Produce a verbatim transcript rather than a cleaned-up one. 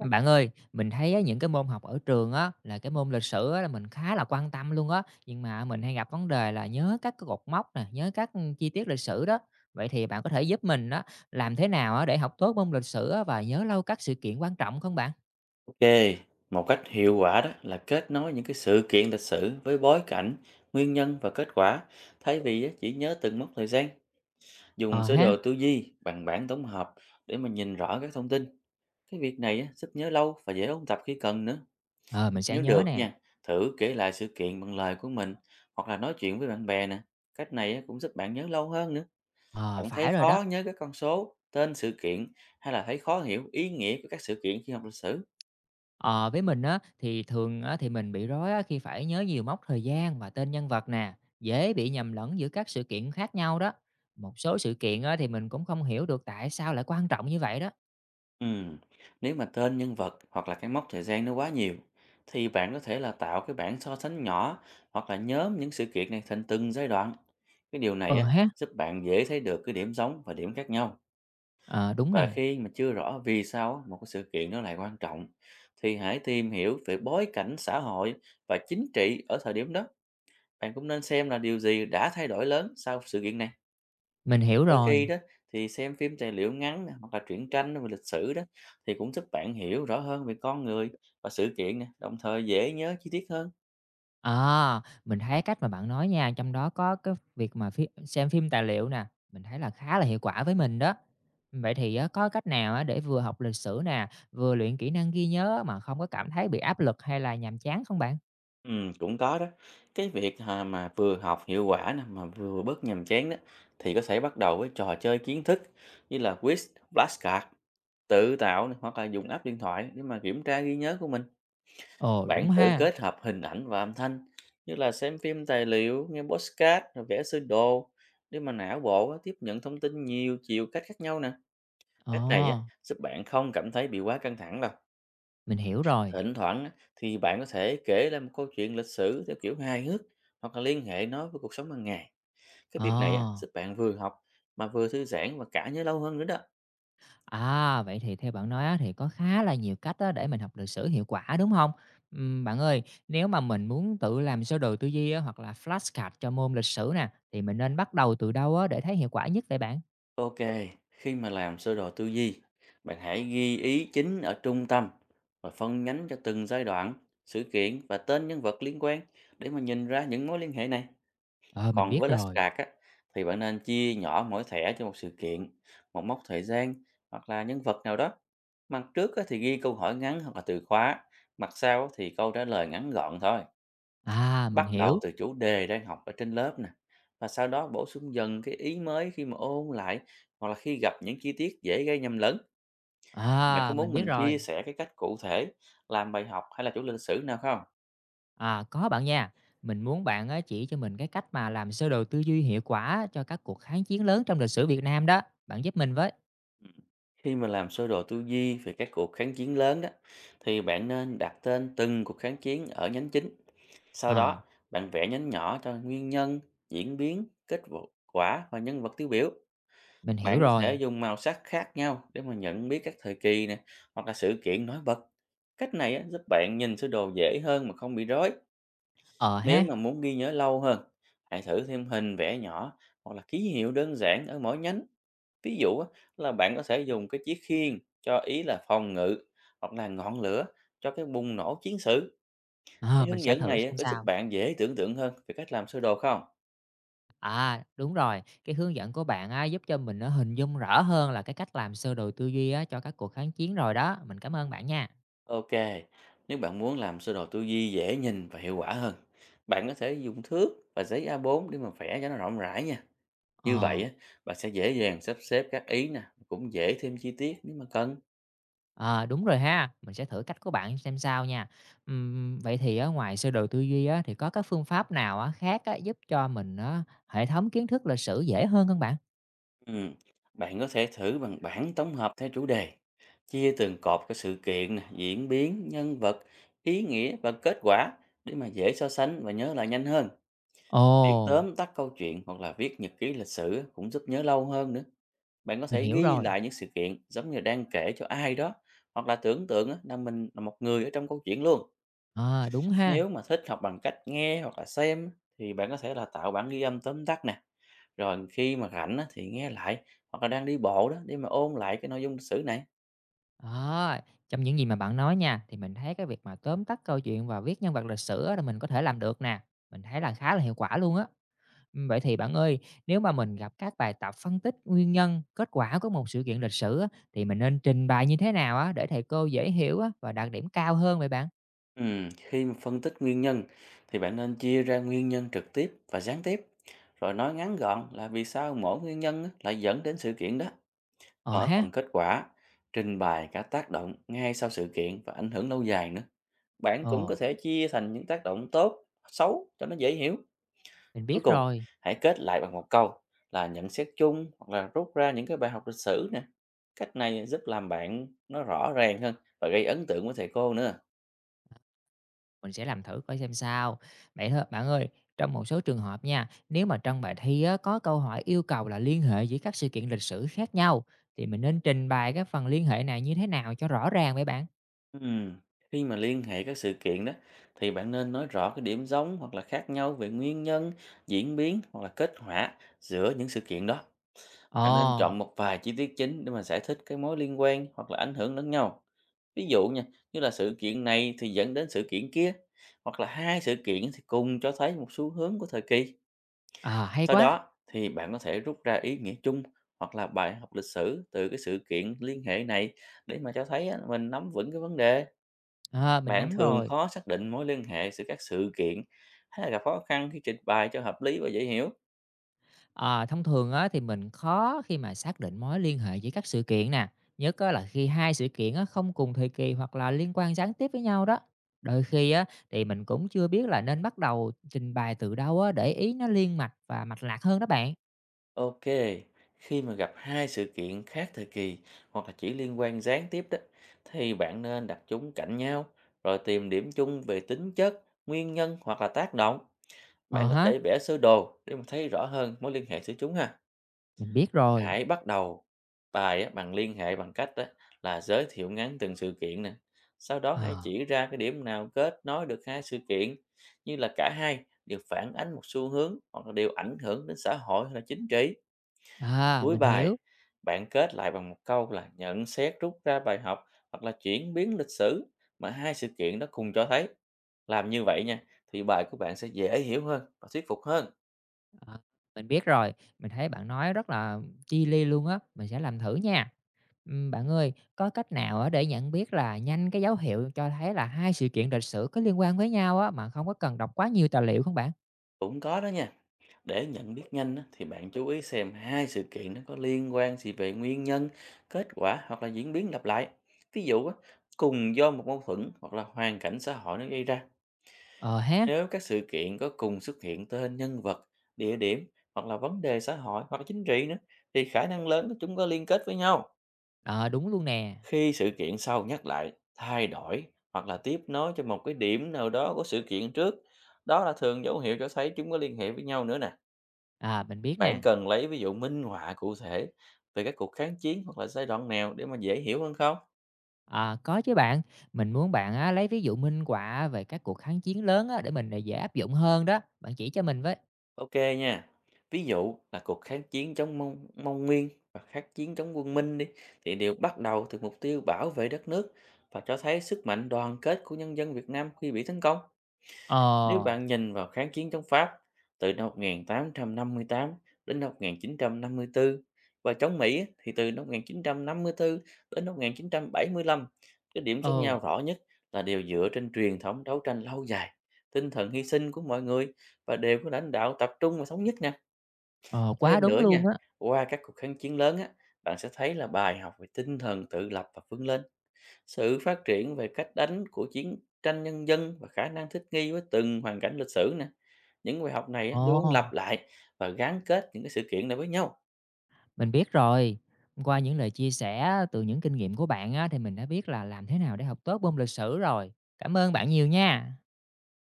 Bạn ơi, mình thấy á, những cái môn học ở trường á là cái môn lịch sử á, là mình khá là quan tâm luôn á, nhưng mà mình hay gặp vấn đề là nhớ các cái cột mốc nè, nhớ các chi tiết lịch sử đó. Vậy thì bạn có thể giúp mình á làm thế nào á để học tốt môn lịch sử á và nhớ lâu các sự kiện quan trọng không bạn? Một cách hiệu quả đó là kết nối những cái sự kiện lịch sử với bối cảnh nguyên quả chỉ nhớ từng mốc thời gian. Dùng Ờ sơ ha, đồ tư duy bằng bảng tổng hợp để mà nhìn rõ các thông tin. Cái việc này á, giúp nhớ lâu và dễ ôn tập khi cần nữa. ờ mình sẽ Nếu nhớ được nè. nha, thử kể lại sự kiện bằng lời của mình hoặc là nói chuyện với bạn bè nè. Cách này á, cũng giúp bạn nhớ lâu hơn nữa. Ờ Bạn thấy phải rồi đó. khó nhớ các con số, tên sự kiện hay là thấy khó hiểu ý nghĩa của các sự kiện khi học lịch sử? Ờ, với mình á, thì thường á, thì mình bị rối á, khi phải nhớ nhiều mốc thời gian và tên nhân vật nè, dễ bị nhầm lẫn giữa các sự kiện khác nhau đó. Một số sự kiện á, thì mình cũng không hiểu được tại sao lại quan trọng như vậy đó. Ừm, Nếu mà tên nhân vật hoặc là cái mốc thời gian nó quá nhiều thì bạn có thể là tạo cái bảng so sánh nhỏ hoặc là nhóm những sự kiện này thành từng giai đoạn. Cái điều này Ờ á, ha, giúp bạn dễ thấy được cái điểm giống và điểm khác nhau. ờ đúng Và nè, khi mà chưa rõ vì sao á, một cái sự kiện nó lại quan trọng thì hãy tìm hiểu về bối cảnh xã hội và chính trị ở thời điểm đó. Bạn cũng nên xem là điều gì đã thay đổi lớn sau sự kiện này. mình hiểu Đôi khi rồi. đó thì xem phim tài liệu ngắn nè, hoặc là truyện tranh về lịch sử đó thì cũng giúp bạn hiểu rõ hơn về con người và sự kiện nè, đồng thời dễ nhớ chi tiết hơn. À, mình thấy cách mà bạn nói nha, trong đó có cái việc mà phi xem phim tài liệu nè, mình thấy là khá là hiệu quả với mình đó. Vậy thì á, có cách nào á, để vừa học lịch sử nè, vừa luyện kỹ năng ghi nhớ mà không có cảm thấy bị áp lực hay là nhàm chán không bạn? Ừm, cũng có đó. Cái việc à, mà vừa học hiệu quả nè mà vừa bớt nhàm chán đó thì có thể bắt đầu với trò chơi kiến thức như là quiz, flashcard, tự tạo nè, hoặc là dùng app điện thoại để mà kiểm tra ghi nhớ của mình. Ồ Bạn đúng thử ha. kết hợp hình ảnh và âm thanh như là xem phim tài liệu, nghe podcast, rồi vẽ sơ đồ để mà não bộ á, tiếp nhận thông tin nhiều chiều cách khác nhau nè. Cách này á, Ồ, giúp bạn không cảm thấy bị quá căng thẳng đâu. mình hiểu rồi. Thỉnh thoảng á, thì bạn có thể kể lại một câu chuyện lịch sử theo kiểu hài hước hoặc là liên hệ nó với cuộc sống hàng ngày. Cái việc này á, Ồ, giúp bạn vừa học mà vừa thư giãn và cả nhớ lâu hơn nữa đó. à, vậy thì theo bạn nói á, thì có khá là nhiều cách á, để mình học lịch sử hiệu quả, đúng không? Ừm, bạn ơi, nếu mà mình muốn tự làm sơ đồ tư duy á, hoặc là flashcard cho môn lịch sử nè, thì mình nên bắt đầu từ đâu á, để thấy hiệu quả nhất vậy bạn? Ok, khi mà làm sơ đồ tư duy, bạn hãy ghi ý chính ở trung tâm và phân nhánh cho từng giai đoạn, sự kiện và tên nhân vật liên quan để mà nhìn ra những mối liên hệ này. Ờ, mình Còn biết với rồi. flashcard á, thì bạn nên chia nhỏ mỗi thẻ cho một sự kiện, một mốc thời gian hoặc là nhân vật nào đó. Mặt trước á, thì ghi câu hỏi ngắn hoặc là từ khóa; mặt sau á, thì câu trả lời ngắn gọn thôi. À, mình Bắt đầu hiểu. từ chủ đề đang học ở trên lớp nè, và sau đó bổ sung dần cái ý mới khi mà ôn lại hoặc là khi gặp những chi tiết dễ gây nhầm lẫn. Bạn có À, mình muốn biết mình chia rồi. sẻ cái cách cụ thể làm bài học hay là chủ lịch sử nào không? À, có bạn nha. Mình muốn bạn á, chỉ cho mình cái cách mà làm sơ đồ tư duy hiệu quả cho các cuộc kháng chiến lớn trong lịch sử Việt Nam đó. Bạn giúp mình với. Khi mà làm sơ đồ tư duy về các cuộc kháng chiến lớn đó, thì bạn nên đặt tên từng cuộc kháng chiến ở nhánh chính. Sau Ờ, đó, bạn vẽ nhánh nhỏ cho nguyên nhân, diễn biến, kết vụ- quả và nhân vật tiêu biểu. mình hiểu Bạn có rồi. thể dùng màu sắc khác nhau để mà nhận biết các thời kỳ nè, hoặc là sự kiện nổi bật. Cách này á, giúp bạn nhìn sơ đồ dễ hơn mà không bị rối. Ờ Nếu ha. mà muốn ghi nhớ lâu hơn, hãy thử thêm hình vẽ nhỏ hoặc là ký hiệu đơn giản ở mỗi nhánh. Ví dụ á, là bạn có thể dùng cái chiếc khiên cho ý là phòng ngự hoặc là ngọn lửa cho cái bùng nổ chiến sự. Ờ, Cái mình hướng sẽ dẫn thử này á, xem có giúp sao. bạn dễ tưởng tượng hơn về cách làm sơ đồ không? À, đúng rồi, cái hướng dẫn của bạn á, giúp cho mình nó hình dung rõ hơn là cái cách làm sơ đồ tư duy á, cho các cuộc kháng chiến rồi đó. Mình cảm ơn bạn nha. Ok, nếu bạn muốn làm sơ đồ tư duy dễ nhìn và hiệu quả hơn, bạn có thể dùng thước và giấy a bốn để mà vẽ cho nó rộng rãi nha. Như vậy Ờ, á, bạn sẽ dễ dàng sắp xếp các ý nè, cũng dễ thêm chi tiết nếu mà cần. ờ, đúng rồi ha, mình sẽ thử cách của bạn xem sao nha. Ừm, vậy thì á, ngoài sơ đồ tư duy á, thì có các phương pháp nào á, khác á, giúp cho mình á, hệ thống kiến thức lịch sử dễ hơn hông bạn? Ừ. Bạn có thể thử bằng bảng tổng hợp theo chủ đề, chia từng cột các sự kiện nè, diễn biến, nhân vật, ý nghĩa và kết quả để mà dễ so sánh và nhớ lại nhanh hơn. Ồ, Việc tóm tắt câu chuyện hoặc là viết nhật ký lịch sử á, cũng giúp nhớ lâu hơn nữa. Bạn có mình thể hiểu ghi rồi. lại những sự kiện giống như đang kể cho ai đó hoặc là tưởng tượng á, là mình là một người ở trong câu chuyện luôn. Ờ, đúng ha. Nếu mà thích học bằng cách nghe hoặc là xem thì bạn có thể là tạo bản ghi âm tóm tắt nè. Rồi khi mà rảnh á, thì nghe lại hoặc là đang đi bộ đó để mà ôn lại cái nội dung lịch sử này. À, trong những gì mà bạn nói nha, thì mình thấy cái việc mà tóm tắt câu chuyện và viết nhân vật lịch sử á là mình có thể làm được nè. Mình thấy là khá là hiệu quả luôn á. Ừm, Vậy thì bạn ơi, nếu mà mình gặp các bài tập phân tích nguyên nhân, kết quả của một sự kiện lịch sử á, thì mình nên trình bày như thế nào á để thầy cô dễ hiểu á và đạt điểm cao hơn vậy bạn? Ừm, khi mà phân tích nguyên nhân thì bạn nên chia ra nguyên nhân trực tiếp và gián tiếp. Rồi nói ngắn gọn là vì sao mỗi nguyên nhân á, lại dẫn đến sự kiện đó. Ờ Ở ha. phần kết quả, trình bày cả tác động ngay sau sự kiện và ảnh hưởng lâu dài nữa. Bạn cũng có Ồ, thể chia thành những tác động tốt, xấu cho nó dễ hiểu. mình Cuối biết cùng, rồi. hãy kết lại bằng một câu là nhận xét chung hoặc là rút ra những cái bài học lịch sử nè. Cách này giúp làm bạn nó rõ ràng hơn và gây ấn tượng với thầy cô nữa. Mình sẽ làm thử coi xem sao. Vậy thôi bạn ơi, trong một số trường hợp nha, nếu mà trong bài thi á, có câu hỏi yêu cầu là liên hệ giữa các sự kiện lịch sử khác nhau, thì mình nên trình bày cái phần liên hệ này như thế nào cho rõ ràng vậy bạn? Ừm, Khi mà liên hệ các sự kiện đó thì bạn nên nói rõ cái điểm giống hoặc là khác nhau về nguyên nhân, diễn biến hoặc là kết quả giữa những sự kiện đó. Bạn nên Ồ, chọn một vài chi tiết chính để mà giải thích cái mối liên quan hoặc là ảnh hưởng lẫn nhau. Ví dụ nha, như là sự kiện này thì dẫn đến sự kiện kia hoặc là hai sự kiện thì cùng cho thấy một xu hướng của thời kỳ. à, hay Sau quá. đó thì bạn có thể rút ra ý nghĩa chung hoặc là bài học lịch sử từ cái sự kiện liên hệ này để mà cho thấy á, mình nắm vững cái vấn đề. À, mình Bạn nắm thường rồi. khó xác định mối liên hệ giữa các sự kiện hay là gặp khó khăn khi trình bày cho hợp lý và dễ hiểu? Ờ, thông thường á, thì mình khó khi mà xác định mối liên hệ giữa các sự kiện nè, nhất á, là khi hai sự kiện á, không cùng thời kỳ hoặc là liên quan gián tiếp với nhau đó. Đôi khi á, thì mình cũng chưa biết là nên bắt đầu trình bày từ đâu á, để ý nó liên mạch và mạch lạc hơn đó bạn. Ok, khi mà gặp hai sự kiện khác thời kỳ hoặc là chỉ liên quan gián tiếp đó thì bạn nên đặt chúng cạnh nhau rồi tìm điểm chung về tính chất, nguyên nhân hoặc là tác động. Ờ Bạn có ha, thể vẽ sơ đồ để mà thấy rõ hơn mối liên hệ giữa chúng ha. mình biết rồi. Hãy bắt đầu bài á, bằng liên hệ bằng cách á, là giới thiệu ngắn từng sự kiện nè. Sau đó hãy Ờ, chỉ ra cái điểm nào kết nối được hai sự kiện, như là cả hai đều phản ánh một xu hướng hoặc là đều ảnh hưởng đến xã hội hay là chính trị. à, Cuối mình bài, hiểu. bạn kết lại bằng một câu là nhận xét rút ra bài học hoặc là chuyển biến lịch sử mà hai sự kiện đó cùng cho thấy. Làm như vậy nha, thì bài của bạn sẽ dễ hiểu hơn và thuyết phục hơn. Ờ, mình biết rồi, mình thấy bạn nói rất là chi li luôn á, mình sẽ làm thử nha. Ừm, bạn ơi, có cách nào á để nhận biết là nhanh cái dấu hiệu cho thấy là hai sự kiện lịch sử có liên quan với nhau á, mà không có cần đọc quá nhiều tài liệu không bạn? Cũng có đó nha. Để nhận biết nhanh á, thì bạn chú ý xem hai sự kiện nó có liên quan gì về nguyên nhân, kết quả hoặc là diễn biến lặp lại. Ví dụ á, cùng do một mâu thuẫn hoặc là hoàn cảnh xã hội nó gây ra. Ờ ha, Nếu các sự kiện có cùng xuất hiện tên nhân vật, địa điểm hoặc là vấn đề xã hội hoặc là chính trị nữa thì khả năng lớn là chúng có liên kết với nhau. ờ, đúng luôn nè, Khi sự kiện sau nhắc lại, thay đổi hoặc là tiếp nối cho một cái điểm nào đó của sự kiện trước, đó là thường dấu hiệu cho thấy chúng có liên hệ với nhau nữa nè. à, mình biết Bạn nè. cần lấy ví dụ minh họa cụ thể về các cuộc kháng chiến hoặc là giai đoạn nào để mà dễ hiểu hơn không? À, có chứ bạn, mình muốn bạn á, lấy ví dụ minh họa về các cuộc kháng chiến lớn á, để mình à, dễ áp dụng hơn đó, bạn chỉ cho mình với. Ok nha. Ví dụ là cuộc kháng chiến chống Mông, Mông Nguyên và kháng chiến chống quân Minh đi thì đều bắt đầu từ mục tiêu bảo vệ đất nước và cho thấy sức mạnh đoàn kết của nhân dân Việt Nam khi bị tấn công. Ờ, Nếu bạn nhìn vào kháng chiến chống Pháp từ năm một tám năm tám đến năm một chín năm bốn và chống Mỹ thì từ năm một chín năm tư đến năm một chín bảy lăm, cái điểm giống ừ, nhau rõ nhất là đều dựa trên truyền thống đấu tranh lâu dài, tinh thần hy sinh của mọi người và đều có lãnh đạo tập trung và thống nhất nè. ờ, quá Thêm đúng nữa nha, luôn á, qua các cuộc kháng chiến lớn á, bạn sẽ thấy là bài học về tinh thần tự lập và vươn lên, sự phát triển về cách đánh của chiến tranh nhân dân và khả năng thích nghi với từng hoàn cảnh lịch sử nè. Những bài học này á, ờ. luôn lặp lại và gắn kết những cái sự kiện này với nhau. Mình biết rồi. Qua những lời chia sẻ từ những kinh nghiệm của bạn á, thì mình đã biết là làm thế nào để học tốt môn lịch sử rồi. Cảm ơn bạn nhiều nha.